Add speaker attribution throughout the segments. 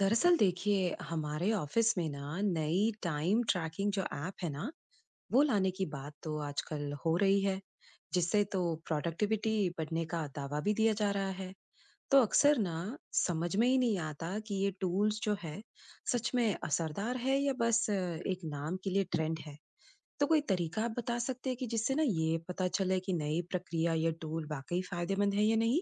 Speaker 1: दरअसल देखिए हमारे ऑफिस में ना नई टाइम ट्रैकिंग जो ऐप है ना वो लाने की बात तो आजकल हो रही है जिससे तो प्रोडक्टिविटी बढ़ने का दावा भी दिया जा रहा है तो अक्सर ना समझ में ही नहीं आता कि ये टूल्स जो है सच में असरदार है या बस एक नाम के लिए ट्रेंड है। तो कोई तरीका आप बता सकते हैं कि जिससे ना ये पता चले कि नई प्रक्रिया या टूल वाकई फायदेमंद है या नहीं।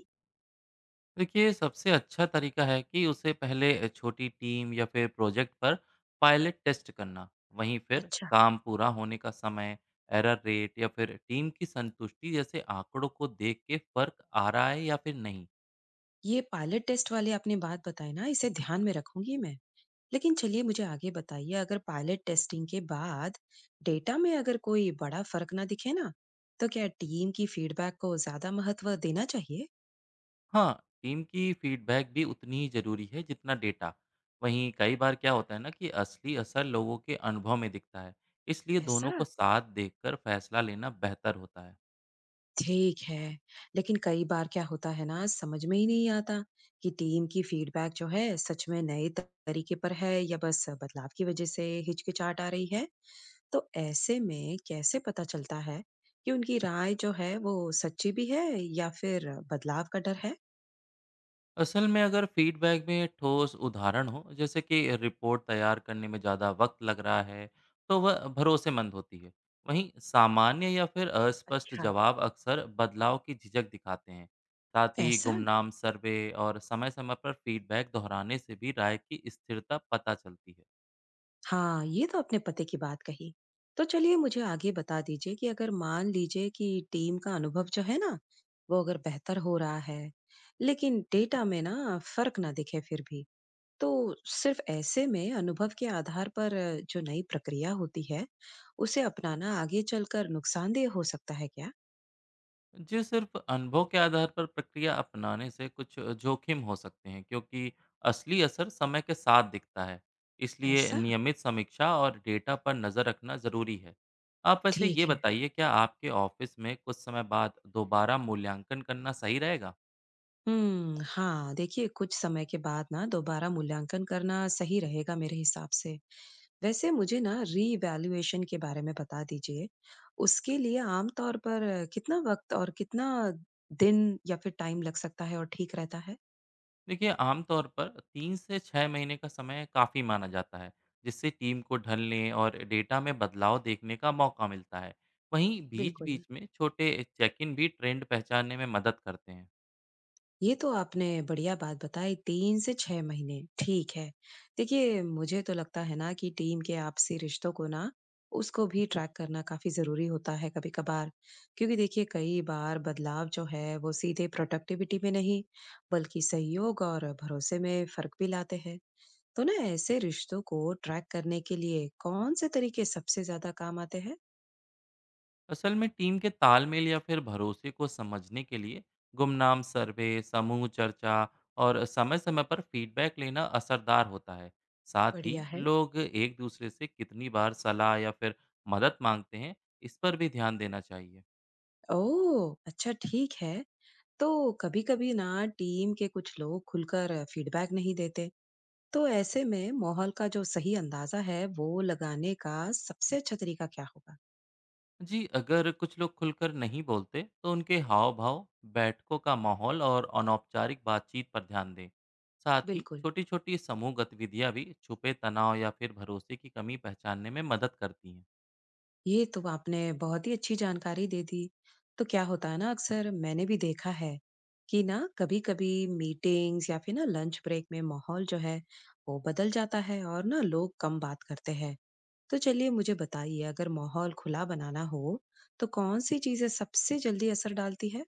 Speaker 2: देखिए सबसे अच्छा तरीका है कि उसे पहले छोटी टीम या फिर प्रोजेक्ट पर पायलट टेस्ट करना। वहीं फिर
Speaker 1: अच्छा,
Speaker 2: काम पूरा होने का समय, एरर रेट या फिर टीम की संतुष्टि जैसे आंकड़ों को देख के फर्क आ रहा है या फिर नहीं।
Speaker 1: ये पायलट टेस्ट वाले आपने बात बताई ना, इसे ध्यान में रखूंगी मैं। लेकिन चलिए मुझे आगे बताइए, अगर पायलट टेस्टिंग के बाद डेटा में अगर कोई बड़ा फर्क ना दिखे ना, तो क्या टीम की फीडबैक को ज्यादा महत्व देना चाहिए?
Speaker 2: हाँ, टीम की फीडबैक भी उतनी ही जरूरी है जितना डेटा। वहीं कई बार क्या होता है ना कि असली असर लोगों के अनुभव में दिखता है। इसलिए
Speaker 1: ऐसा?
Speaker 2: दोनों को साथ देखकर फैसला लेना बेहतर होता है।
Speaker 1: ठीक है। लेकिन कई बार क्या होता है ना, समझ में ही नहीं आता कि टीम की फीडबैक जो है सच में नए तरीके पर है या बस बदलाव की वजह से हिचकिचाहट आ रही है। तो ऐसे में कैसे पता चलता है कि उनकी राय जो है वो सच्ची भी है या फिर बदलाव का डर है?
Speaker 2: असल में अगर फीडबैक में ठोस उदाहरण हो, जैसे कि रिपोर्ट तैयार करने में ज़्यादा वक्त लग रहा है, तो वह भरोसेमंद होती है। वहीं सामान्य या फिर अस्पष्ट
Speaker 1: अच्छा।
Speaker 2: जवाब अक्सर बदलाव की झिझक दिखाते हैं। साथ ही
Speaker 1: ऐसा।
Speaker 2: गुमनाम सर्वे और समय समय पर फीडबैक दोहराने से भी राय की स्थिरता पता चलती है।
Speaker 1: हाँ, ये तो अपने पते की बात कही। तो चलिए मुझे आगे बता दीजिए, कि अगर मान लीजिए कि टीम का अनुभव जो है ना, वो अगर बेहतर हो रहा है, लेकिन डेटा में ना फर्क ना दिखे फिर भी, तो सिर्फ ऐसे में अनुभव के आधार पर जो नई प्रक्रिया होती है, उसे अपनाना आगे चलकर नुकसानदेह हो सकता है क्या?
Speaker 2: जी, सिर्फ अनुभव के आधार पर प्रक्रिया अपनाने से कुछ जोखिम हो सकते हैं, क्योंकि असली असर समय के साथ दिखता है। इसलिए
Speaker 1: ऐसा?
Speaker 2: नियमित समीक्षा और डेटा पर नज़र रखना ज़रूरी है। आप वैसे ये
Speaker 1: ठीक है।
Speaker 2: बताइए, क्या आपके ऑफिस में कुछ समय बाद दोबारा मूल्यांकन करना सही रहेगा?
Speaker 1: हाँ, देखिए कुछ समय के बाद ना दोबारा मूल्यांकन करना सही रहेगा मेरे हिसाब से। वैसे मुझे ना रीवैल्यूएशन के बारे में बता दीजिए। उसके लिए आम तौर पर कितना वक़्त और कितना दिन या फिर टाइम लग सकता है और ठीक रहता है?
Speaker 2: देखिए आमतौर पर 3 से 6 महीने का समय काफ़ी माना जाता है, जिससे टीम को ढलने और डेटा में बदलाव देखने का मौका मिलता है। वहीं
Speaker 1: बिल्कुल।
Speaker 2: बीच-बीच में छोटे चेक इन भी ट्रेंड पहचानने में मदद करते हैं।
Speaker 1: ये तो आपने बढ़िया बात बताई, 3 से 6 महीने, ठीक है। देखिए, मुझे तो लगता है ना कि टीम के आपसी रिश्तों को ना, उसको भी ट्रैक करना काफ़ी ज़रूरी होता है कभी-कभार। क्योंकि देखिए कई बार बदलाव जो है वो सीधे प्रोडक्टिविटी में नहीं, बल्कि सहयोग और भरोसे में फ़र्क भी लाते हैं। तो ना ऐसे रिश्तों को ट्रैक करने के लिए कौन से तरीके सबसे ज्यादा काम आते हैं?
Speaker 2: असल में टीम के तालमेल या फिर भरोसे को समझने के लिए गुमनाम सर्वे, समूह चर्चा और समय समय पर फीडबैक लेना असरदार होता है। साथ ही
Speaker 1: बढ़िया है।
Speaker 2: लोग एक दूसरे से कितनी बार सलाह या फिर मदद मांगते हैं, इस पर भी ध्यान देना चाहिए।
Speaker 1: ओह, अच्छा, ठीक है। तो कभी कभी ना टीम के कुछ लोग खुलकर फीडबैक नहीं देते, तो ऐसे में माहौल का जो सही अंदाजा है वो लगाने का सबसे अच्छा तरीका क्या होगा?
Speaker 2: जी, अगर कुछ लोग खुलकर नहीं बोलते, तो उनके हाव भाव, बैठकों का माहौल और अनौपचारिक बातचीत पर ध्यान दें। साथ ही
Speaker 1: बिल्कुल।
Speaker 2: छोटी छोटी समूह गतिविधियां भी छुपे तनाव या फिर भरोसे की कमी पहचानने में मदद करती हैं।
Speaker 1: ये तो आपने बहुत ही अच्छी जानकारी दे दी। तो क्या होता है ना, अक्सर मैंने भी देखा है कि ना, कभी-कभी मीटिंग्स या फिर ना लंच ब्रेक में माहौल जो है वो बदल जाता है और ना लोग कम बात करते हैं। तो चलिए मुझे बताइए, अगर माहौल खुला बनाना हो तो कौन सी चीजें सबसे जल्दी असर डालती है?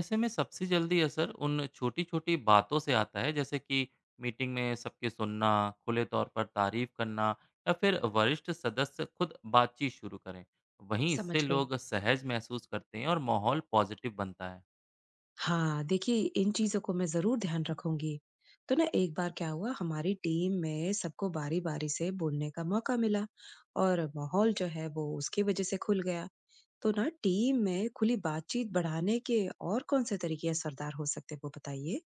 Speaker 2: ऐसे में सबसे जल्दी असर उन छोटी छोटी बातों से आता है, जैसे कि मीटिंग में सबके सुनना, खुले तौर पर तारीफ करना, या फिर वरिष्ठ सदस्य खुद बातचीत शुरू करें। वहीं
Speaker 1: समझ
Speaker 2: इससे
Speaker 1: गई।
Speaker 2: लोग सहज महसूस करते हैं और माहौल पॉजिटिव बनता है।
Speaker 1: हाँ, देखिए इन चीजों को मैं जरूर ध्यान रखूंगी। तो ना एक बार क्या हुआ, हमारी टीम में सबको बारी बारी से बोलने का मौका मिला और माहौल जो है वो उसकी वजह से खुल गया। तो ना टीम में खुली बातचीत बढ़ाने के और कौन से तरीके असरदार हो सकते हैं, वो बताइए।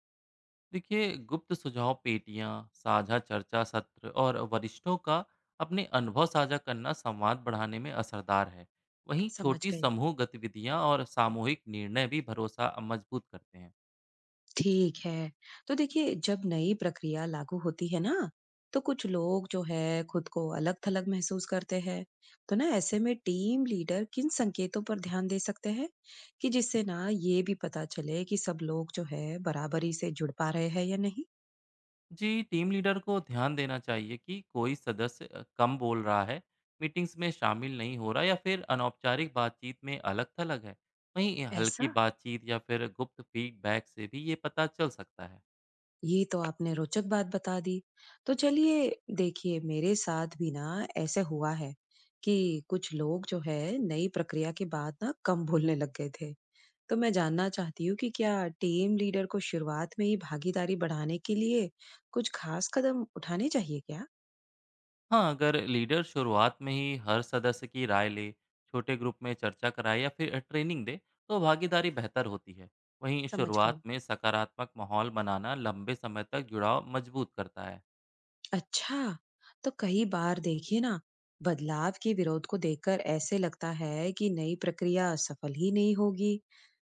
Speaker 2: देखिए गुप्त सुझाव पेटियाँ, साझा चर्चा सत्र और वरिष्ठों का अपने अनुभव साझा करना संवाद बढ़ाने में असरदार है। वहीं
Speaker 1: समझ
Speaker 2: छोटी
Speaker 1: गई।
Speaker 2: समूह गतिविधियाँ और सामूहिक निर्णय भी भरोसा मजबूत करते हैं।
Speaker 1: ठीक है। तो देखिए जब नई प्रक्रिया लागू होती है ना, तो कुछ लोग जो है खुद को अलग-थलग महसूस करते हैं। तो ना ऐसे में टीम लीडर किन संकेतों पर ध्यान दे सकते हैं कि जिससे ना ये भी पता चले कि सब लोग जो है बराबरी से जुड़ पा रहे हैं या नहीं?
Speaker 2: जी, टीम लीडर को ध्यान देना चाहिए कि कोई सदस्य कम बोल रहा है, मीटिंग्स में शामिल नहीं हो रहा या फिर अनौपचारिक बातचीत में अलग थलग है। वहीं ये
Speaker 1: ऐसा।
Speaker 2: हल्की बातचीत या फिर गुप्त फीडबैक से भी ये पता चल सकता है।
Speaker 1: ये तो आपने रोचक बात बता दी। तो चलिए, देखिए मेरे साथ भी ना ऐसे हुआ है कि कुछ लोग जो है नई प्रक्रिया के बाद ना कम बोलने लग गए थे। तो मैं जानना चाहती हूँ कि क्या टीम लीडर को शुरुआत में ही भागीदारी बढ़ाने के लिए कुछ खास कदम उठाने चाहिए क्या?
Speaker 2: हाँ, अगर लीडर शुरुआत में ही हर सदस्य की राय ले, छोटे ग्रुप में चर्चा कराए या फिर ट्रेनिंग दे, तो भागीदारी बेहतर होती है। वहीं
Speaker 1: समझ
Speaker 2: शुरुआत
Speaker 1: गई।
Speaker 2: में सकारात्मक माहौल बनाना लंबे समय तक जुड़ाव मजबूत करता है।
Speaker 1: अच्छा। तो कई बार देखिए ना, बदलाव के विरोध को देखकर ऐसे लगता है कि नई प्रक्रिया सफल ही नहीं होगी।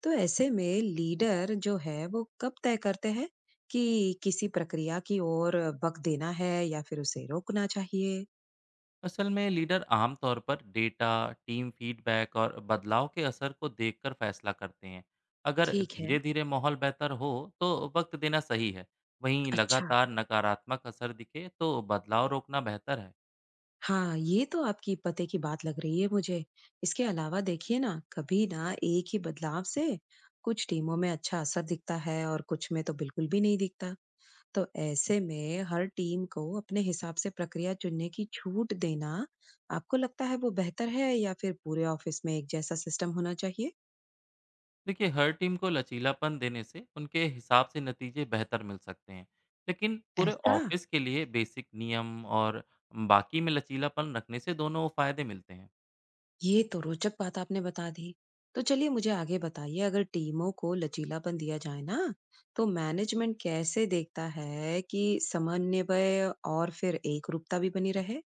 Speaker 1: तो ऐसे में लीडर जो है वो कब तय करते हैं कि किसी प्रक्रिया की ओर बक देना है या फिर उसे रोकना चाहिए?
Speaker 2: असल में लीडर आमतौर पर डेटा, टीम फीडबैक और बदलाव के असर को देखकर फैसला करते हैं। अगर
Speaker 1: ठीक है।
Speaker 2: धीरे धीरे माहौल बेहतर हो तो वक्त देना सही है। वहीं
Speaker 1: अच्छा।
Speaker 2: लगातार नकारात्मक असर दिखे तो बदलाव रोकना बेहतर है।
Speaker 1: हाँ, ये तो आपकी पते की बात लग रही है मुझे। इसके अलावा देखिए ना, कभी ना एक ही बदलाव से कुछ टीमों में अच्छा असर दिखता है और कुछ में तो बिल्कुल भी नहीं दिखता। तो ऐसे में हर टीम को अपने हिसाब से प्रक्रिया चुनने की छूट देना, आपको लगता है वो बेहतर है या फिर पूरे ऑफिस में एक जैसा सिस्टम होना चाहिए?
Speaker 2: देखिए हर टीम को लचीलापन देने से उनके हिसाब से नतीजे बेहतर मिल सकते हैं। लेकिन पूरे
Speaker 1: ऐसा।
Speaker 2: ऑफिस के लिए बेसिक नियम और बाकी में लचीलापन रखने से दोनों फायदे मिलते हैं।
Speaker 1: ये तो रोचक बात आपने बता दी। तो चलिए मुझे आगे बताइए, अगर टीमों को लचीलापन दिया जाए ना, तो मैनेजमेंट कैसे देखता है कि समन्वय और फिर एकरूपता भी बनी रहे?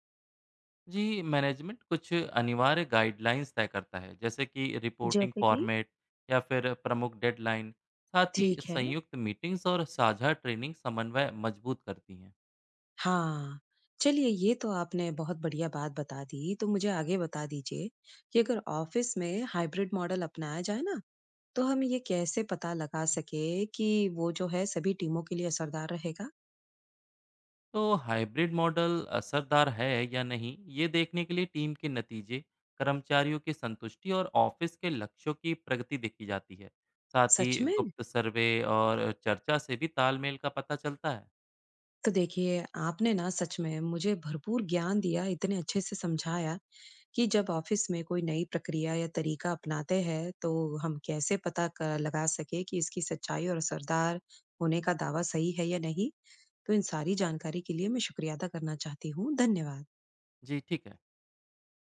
Speaker 2: जी, मैनेजमेंट कुछ अनिवार्य गाइडलाइंस तय करता है, जैसे कि रिपोर्टिंग
Speaker 1: जैसे कि?
Speaker 2: फॉर्मेट या फिर प्रमुख डेडलाइन। साथ ही
Speaker 1: ठीक है।
Speaker 2: संयुक्त मीटिंग्स और साझा ट्रेनिंग समन्वय मजबूत करती हैं।
Speaker 1: हाँ, चलिए ये तो आपने बहुत बढ़िया बात बता दी। तो मुझे आगे बता दीजिए कि अगर ऑफिस में हाइब्रिड मॉडल अपनाया जाए ना, तो हम ये कैसे पता लगा सके कि वो जो है सभी टीमों के लिए असरदार रहेगा?
Speaker 2: तो हाइब्रिड मॉडल असरदार है या नहीं, ये देखने के लिए टीम के नतीजे, कर्मचारियों की संतुष्टि और ऑफिस के लक्ष्यों की प्रगति देखी जाती है। साथ ही
Speaker 1: सच में?
Speaker 2: गुप्त सर्वे और चर्चा से भी तालमेल का पता चलता है।
Speaker 1: तो देखिए, आपने ना सच में मुझे भरपूर ज्ञान दिया, इतने अच्छे से समझाया कि जब ऑफ़िस में कोई नई प्रक्रिया या तरीका अपनाते हैं, तो हम कैसे पता क लगा सकें कि इसकी सच्चाई और असरदार होने का दावा सही है या नहीं। तो इन सारी जानकारी के लिए मैं शुक्रिया अदा करना चाहती हूँ। धन्यवाद।
Speaker 2: जी, ठीक है।